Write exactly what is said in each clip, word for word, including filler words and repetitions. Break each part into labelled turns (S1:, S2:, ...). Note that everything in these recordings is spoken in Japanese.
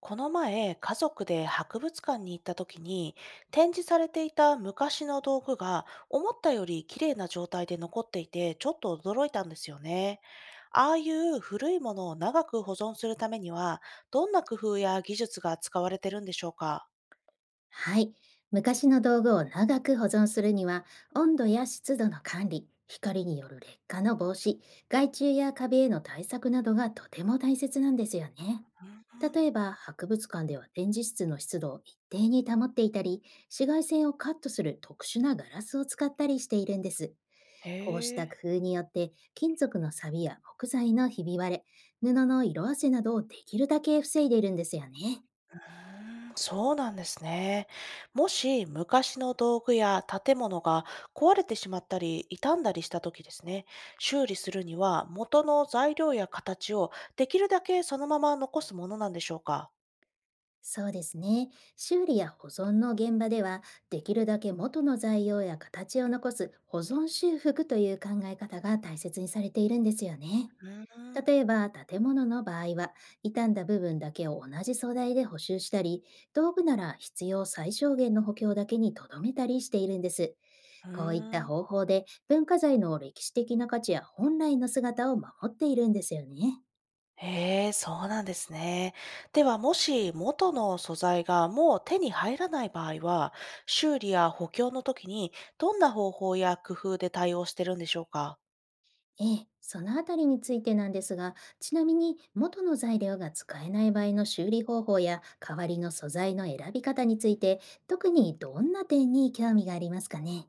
S1: この前、家族で博物館に行った時に、展示されていた昔の道具が思ったより綺麗な状態で残っていて、ちょっと驚いたんですよね。ああいう古いものを長く保存するためには、どんな工夫や技術が使われてるんでしょうか？
S2: はい。昔の道具を長く保存するには、温度や湿度の管理、光による劣化の防止、害虫や壁への対策などがとても大切なんですよね。例えば、博物館では展示室の湿度を一定に保っていたり、紫外線をカットする特殊なガラスを使ったりしているんです。こうし
S1: へえ。
S2: た工夫によって、金属の錆や木材のひび割れ、布の色あせなどをできるだけ防いでいるんですよね。
S1: うん、そうなんですね。もし昔の道具や建物が壊れてしまったり傷んだりした時ですね、修理するには元の材料や形をできるだけそのまま残すものなんでしょうか？
S2: そうですね。修理や保存の現場では、できるだけ元の材料や形を残す保存修復という考え方が大切にされているんですよね。
S1: うーん。
S2: 例えば、建物の場合は、傷んだ部分だけを同じ素材で補修したり、道具なら必要最小限の補強だけにとどめたりしているんです。
S1: う
S2: こういった
S1: ーん。
S2: 方法で、文化財の歴史的な価値や本来の姿を守っているんですよね。
S1: へえ、そうなんですね。では、もし元の素材がもう手に入らない場合は、修理や補強の時にどんな方法や工夫で対応してるんでしょうか？
S2: ええ、そのあたりについてなんですが、ちなみに元の材料が使えない場合の修理方法や代わりの素材の選び方について、特にどんな点に興味がありますかね。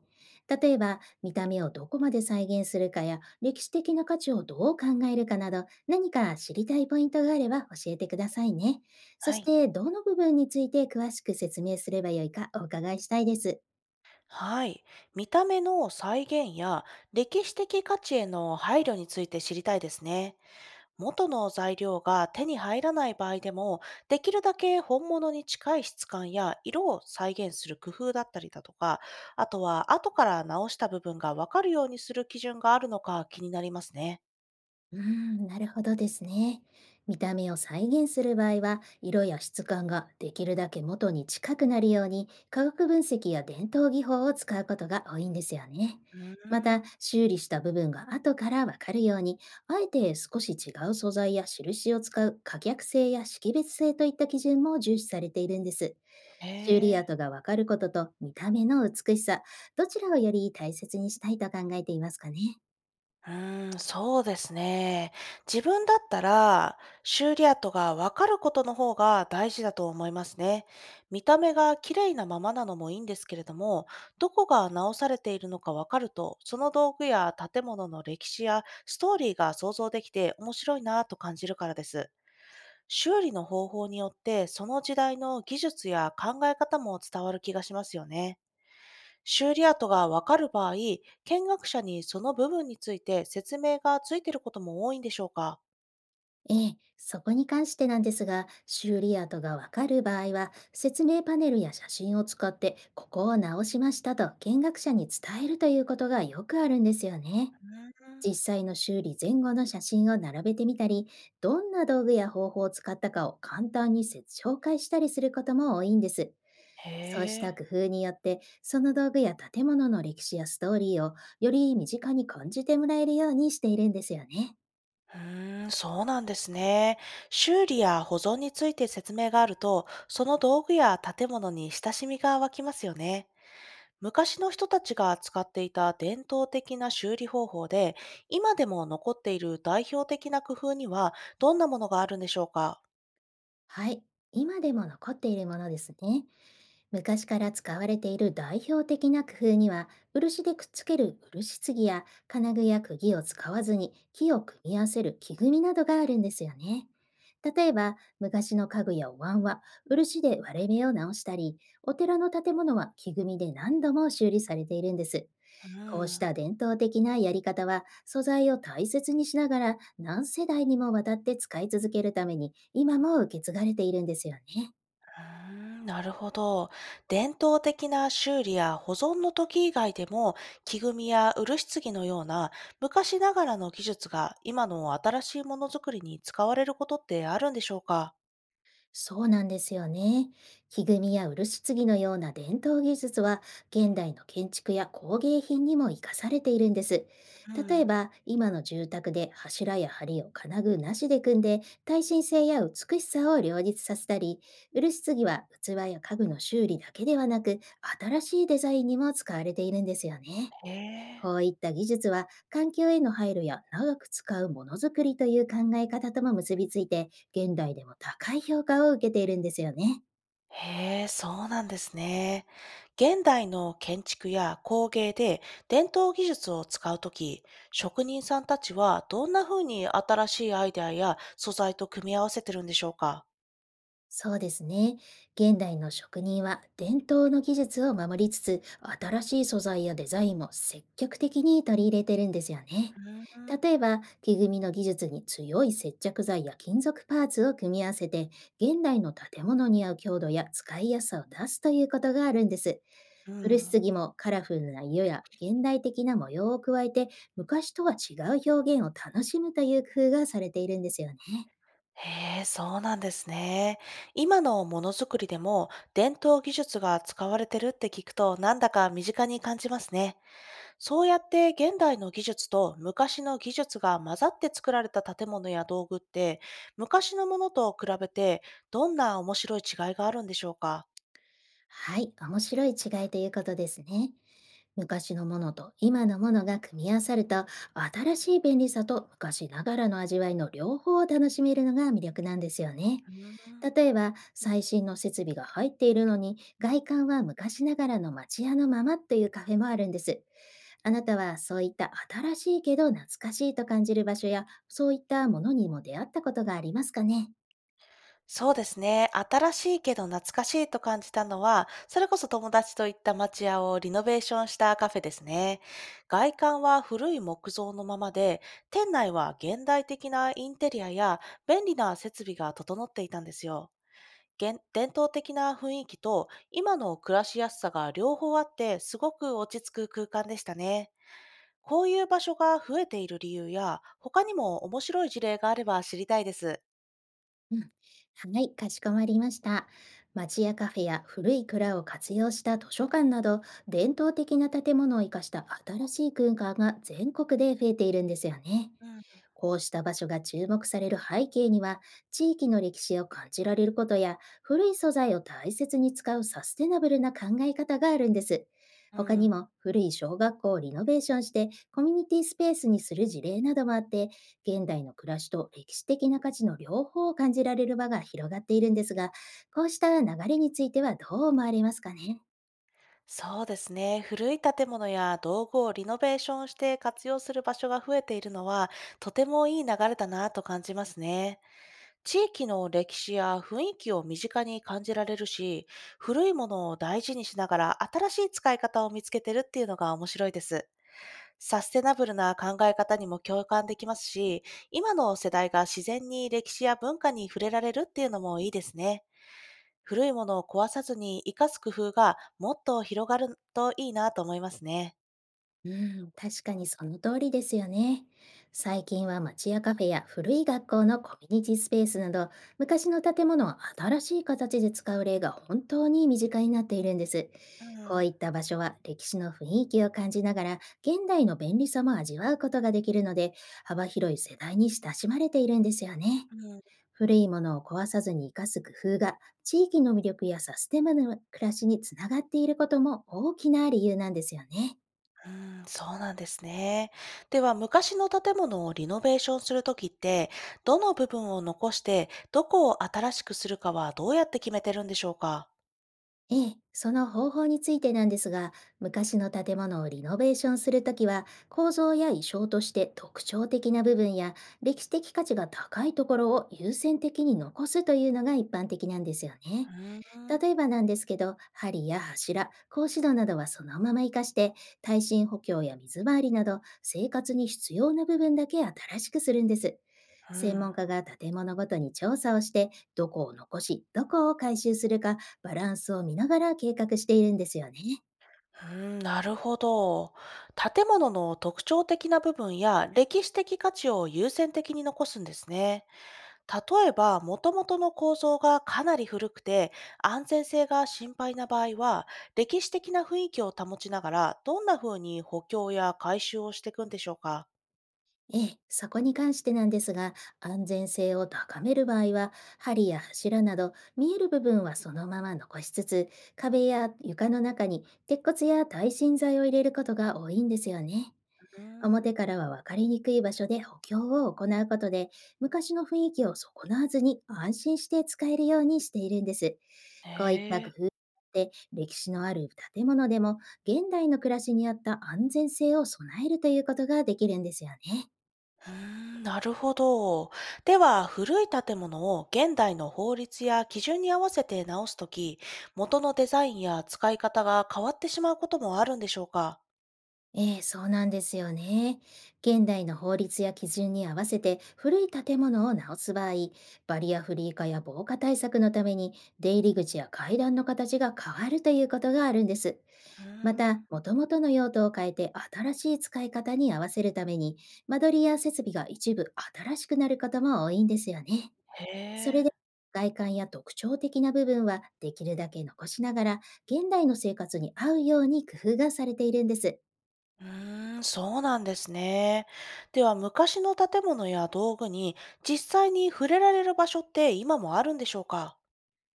S2: 例えば、見た目をどこまで再現するかや、歴史的な価値をどう考えるかなど、何か知りたいポイントがあれば教えてくださいね。そ
S1: は
S2: し
S1: い。
S2: て、どの部分について詳しく説明すればよいかお伺いしたいです。
S1: はい。見た目の再現や歴史的価値への配慮について知りたいですね。元の材料が手に入らない場合でも、できるだけ本物に近い質感や色を再現する工夫だったりだとか、あとは後から直した部分がわかるようにする基準があるのか気になりますね。
S2: うーん、なるほどですね。見た目を再現する場合は、色や質感ができるだけ元に近くなるように、化学分析や伝統技法を使うことが多いんですよね。
S1: うー
S2: また、
S1: ん、
S2: 修理した部分が後からわかるように、あえて少し違う素材や印を使う可逆性や識別性といった基準も重視されているんです。
S1: へ
S2: 修理跡
S1: え。
S2: がわかることと見た目の美しさ、どちらをより大切にしたいと考えていますかね。
S1: うーん、そうですね。自分だったら、修理跡がわかることの方が大事だと思いますね。見た目が綺麗なままなのもいいんですけれども、どこが直されているのかわかると、その道具や建物の歴史やストーリーが想像できて面白いなぁと感じるからです。修理の方法によって、その時代の技術や考え方も伝わる気がしますよね。修理跡がわかる場合、見学者にその部分について説明がついていることも多いんでしょうか？
S2: ええ、そこに関してなんですが、修理跡がわかる場合は、説明パネルや写真を使って、ここを直しましたと見学者に伝えるということがよくあるんですよね。
S1: うん。
S2: 実際の修理前後の写真を並べてみたり、どんな道具や方法を使ったかを簡単に説紹介したりすることも多いんです。
S1: へ
S2: そうし
S1: え。
S2: た工夫によって、その道具や建物の歴史やストーリーを、より身近に感じてもらえるようにしているんですよね。
S1: うーん、そうなんですね。修理や保存について説明があると、その道具や建物に親しみが湧きますよね。昔の人たちが使っていた伝統的な修理方法で、今でも残っている代表的な工夫にはどんなものがあるんでしょうか？
S2: はい、今でも残っているものですね。昔から使われている代表的な工夫には、漆でくっつける漆継ぎや、金具や釘を使わずに木を組み合わせる木組みなどがあるんですよね。例えば、昔の家具やお椀は漆で割れ目を直したり、お寺の建物は木組みで何度も修理されているんです。
S1: う
S2: こうし
S1: ん。
S2: た伝統的なやり方は、素材を大切にしながら何世代にもわたって使い続けるために、今も受け継がれているんですよね。
S1: うーん、なるほど。伝統的な修理や保存の時以外でも、木組みや漆継ぎのような昔ながらの技術が今の新しいものづくりに使われることってあるんでしょうか？
S2: そうなんですよね。木組みや漆継ぎのような伝統技術は、現代の建築や工芸品にも活かされているんです。
S1: う
S2: 例え
S1: ん。
S2: ば、今の住宅で柱や梁を金具なしで組んで耐震性や美しさを両立させたり、漆継ぎは器や家具の修理だけではなく、新しいデザインにも使われているんですよね。
S1: へえ。
S2: こういった技術は、環境への配慮や長く使うものづくりという考え方とも結びついて、現代でも高い評価を受けているんですよね。
S1: へえ、そうなんですね。現代の建築や工芸で伝統技術を使うとき、職人さんたちはどんな風に新しいアイデアや素材と組み合わせてるんでしょうか？
S2: そうですね。現代の職人は伝統の技術を守りつつ、新しい素材やデザインも積極的に取り入れてるんですよね。
S1: うん。
S2: 例えば、木組みの技術に強い接着剤や金属パーツを組み合わせて、現代の建物に合う強度や使いやすさを出すということがあるんです。
S1: う
S2: 古し
S1: ん。
S2: すぎもカラフルな色や現代的な模様を加えて、昔とは違う表現を楽しむという工夫がされているんですよね。
S1: へえ、そうなんですね。今のものづくりでも伝統技術が使われてるって聞くとなんだか身近に感じますね。そうやって現代の技術と昔の技術が混ざって作られた建物や道具って昔のものと比べてどんな面白い違いがあるんでしょうか？
S2: はい、面白い違いということですね。昔のものと今のものが組み合わさると、新しい便利さと昔ながらの味わいの両方を楽しめるのが魅力なんですよね。
S1: うーん、
S2: 例えば、最新の設備が入っているのに、外観は昔ながらの町屋のままというカフェもあるんです。あなたはそういった新しいけど懐かしいと感じる場所や、そういったものにも出会ったことがありますかね？
S1: そうですね。新しいけど懐かしいと感じたのは、それこそ友達と行った町屋をリノベーションしたカフェですね。外観は古い木造のままで、店内は現代的なインテリアや便利な設備が整っていたんですよ。現伝統的な雰囲気と今の暮らしやすさが両方あって、すごく落ち着く空間でしたね。こういう場所が増えている理由や、他にも面白い事例があれば知りたいです。
S2: はい、かしこまりました。町屋カフェや古い蔵を活用した図書館など、伝統的な建物を生かした新しい空間が全国で増えているんですよね。
S1: うん。
S2: こうした場所が注目される背景には、地域の歴史を感じられることや、古い素材を大切に使うサステナブルな考え方があるんです。
S1: う
S2: 他に
S1: ん。
S2: も、古い小学校をリノベーションして、コミュニティスペースにする事例などもあって、現代の暮らしと歴史的な価値の両方を感じられる場が広がっているんですが、こうした流れについてはどう思われますかね？
S1: そうですね。古い建物や道具をリノベーションして活用する場所が増えているのは、とてもいい流れだなと感じますね。地域の歴史や雰囲気を身近に感じられるし、古いものを大事にしながら新しい使い方を見つけてるっていうのが面白いです。サステナブルな考え方にも共感できますし、今の世代が自然に歴史や文化に触れられるっていうのもいいですね。古いものを壊さずに生かす工夫がもっと広がるといいなと思いますね。
S2: うん、確かにその通りですよね。最近は町やカフェや古い学校のコミュニティスペースなど、昔の建物を新しい形で使う例が本当に身近になっているんです。
S1: う
S2: こう
S1: ん、
S2: いった場所は歴史の雰囲気を感じながら、現代の便利さも味わうことができるので、幅広い世代に親しまれているんですよね。
S1: うん、
S2: 古いものを壊さずに生かす工夫が、地域の魅力やサステナブルな暮らしにつながっていることも大きな理由なんですよね。
S1: うん、そうなんですね。では、昔の建物をリノベーションするときって、どの部分を残して、どこを新しくするかはどうやって決めてるんでしょうか？
S2: ええ、その方法についてなんですが、昔の建物をリノベーションするときは、構造や意匠として特徴的な部分や、歴史的価値が高いところを優先的に残すというのが一般的なんですよね。
S1: うん、
S2: 例えばなんですけど、梁や柱、格子戸などはそのまま活かして、耐震補強や水回りなど生活に必要な部分だけ新しくするんです。
S1: う
S2: 専
S1: ん、
S2: 門家が建物ごとに調査をして、どこを残し、どこを回収するか、バランスを見ながら計画しているんですよね。
S1: うん、なるほど。建物の特徴的な部分や歴史的価値を優先的に残すんですね。例えば、もともとの構造がかなり古くて、安全性が心配な場合は、歴史的な雰囲気を保ちながら、どんな風に補強や改修をしていくんでしょうか？
S2: ええ、そこに関してなんですが、安全性を高める場合は、針や柱など見える部分はそのまま残しつつ、壁や床の中に鉄骨や耐震材を入れることが多いんですよね。
S1: うーん、
S2: 表からは分かりにくい場所で補強を行うことで、昔の雰囲気を損なわずに安心して使えるようにしているんです。こういっ
S1: へ
S2: た
S1: え。
S2: 工夫で、歴史のある建物でも現代の暮らしに合った安全性を備えるということができるんですよね。
S1: うーん、なるほど。では、古い建物を現代の法律や基準に合わせて直すとき、元のデザインや使い方が変わってしまうこともあるんでしょうか？
S2: ええ、そうなんですよね。現代の法律や基準に合わせて古い建物を直す場合、バリアフリー化や防火対策のために、出入り口や階段の形が変わるということがあるんです。
S1: うー
S2: また、
S1: ん。
S2: 元々の用途を変えて新しい使い方に合わせるために、間取りや設備が一部新しくなることも多いんですよね。
S1: へ
S2: それ
S1: え。
S2: で、外観や特徴的な部分はできるだけ残しながら、現代の生活に合うように工夫がされているんです。
S1: うーん、そうなんですね。では、昔の建物や道具に実際に触れられる場所って今もあるんでしょうか？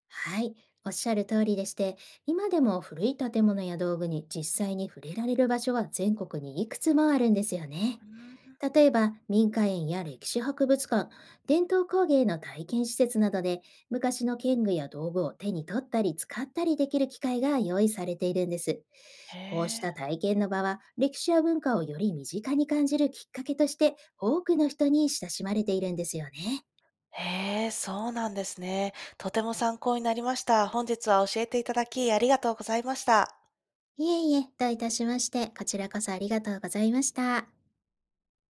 S2: はい、おっしゃる通りでして、今でも古い建物や道具に実際に触れられる場所は全国にいくつもあるんですよね。
S1: うん、
S2: 例えば、民家園や歴史博物館、伝統工芸の体験施設などで、昔の剣具や道具を手に取ったり使ったりできる機会が用意されているんです。
S1: へ
S2: こうした
S1: え。
S2: 体験の場は、歴史や文化をより身近に感じるきっかけとして、多くの人に親しまれているんですよね。
S1: へえ、そうなんですね。とても参考になりました。本日は教えていただきありがとうございました。
S2: いえいえ、どういたしまして、こちらこそありがとうございました。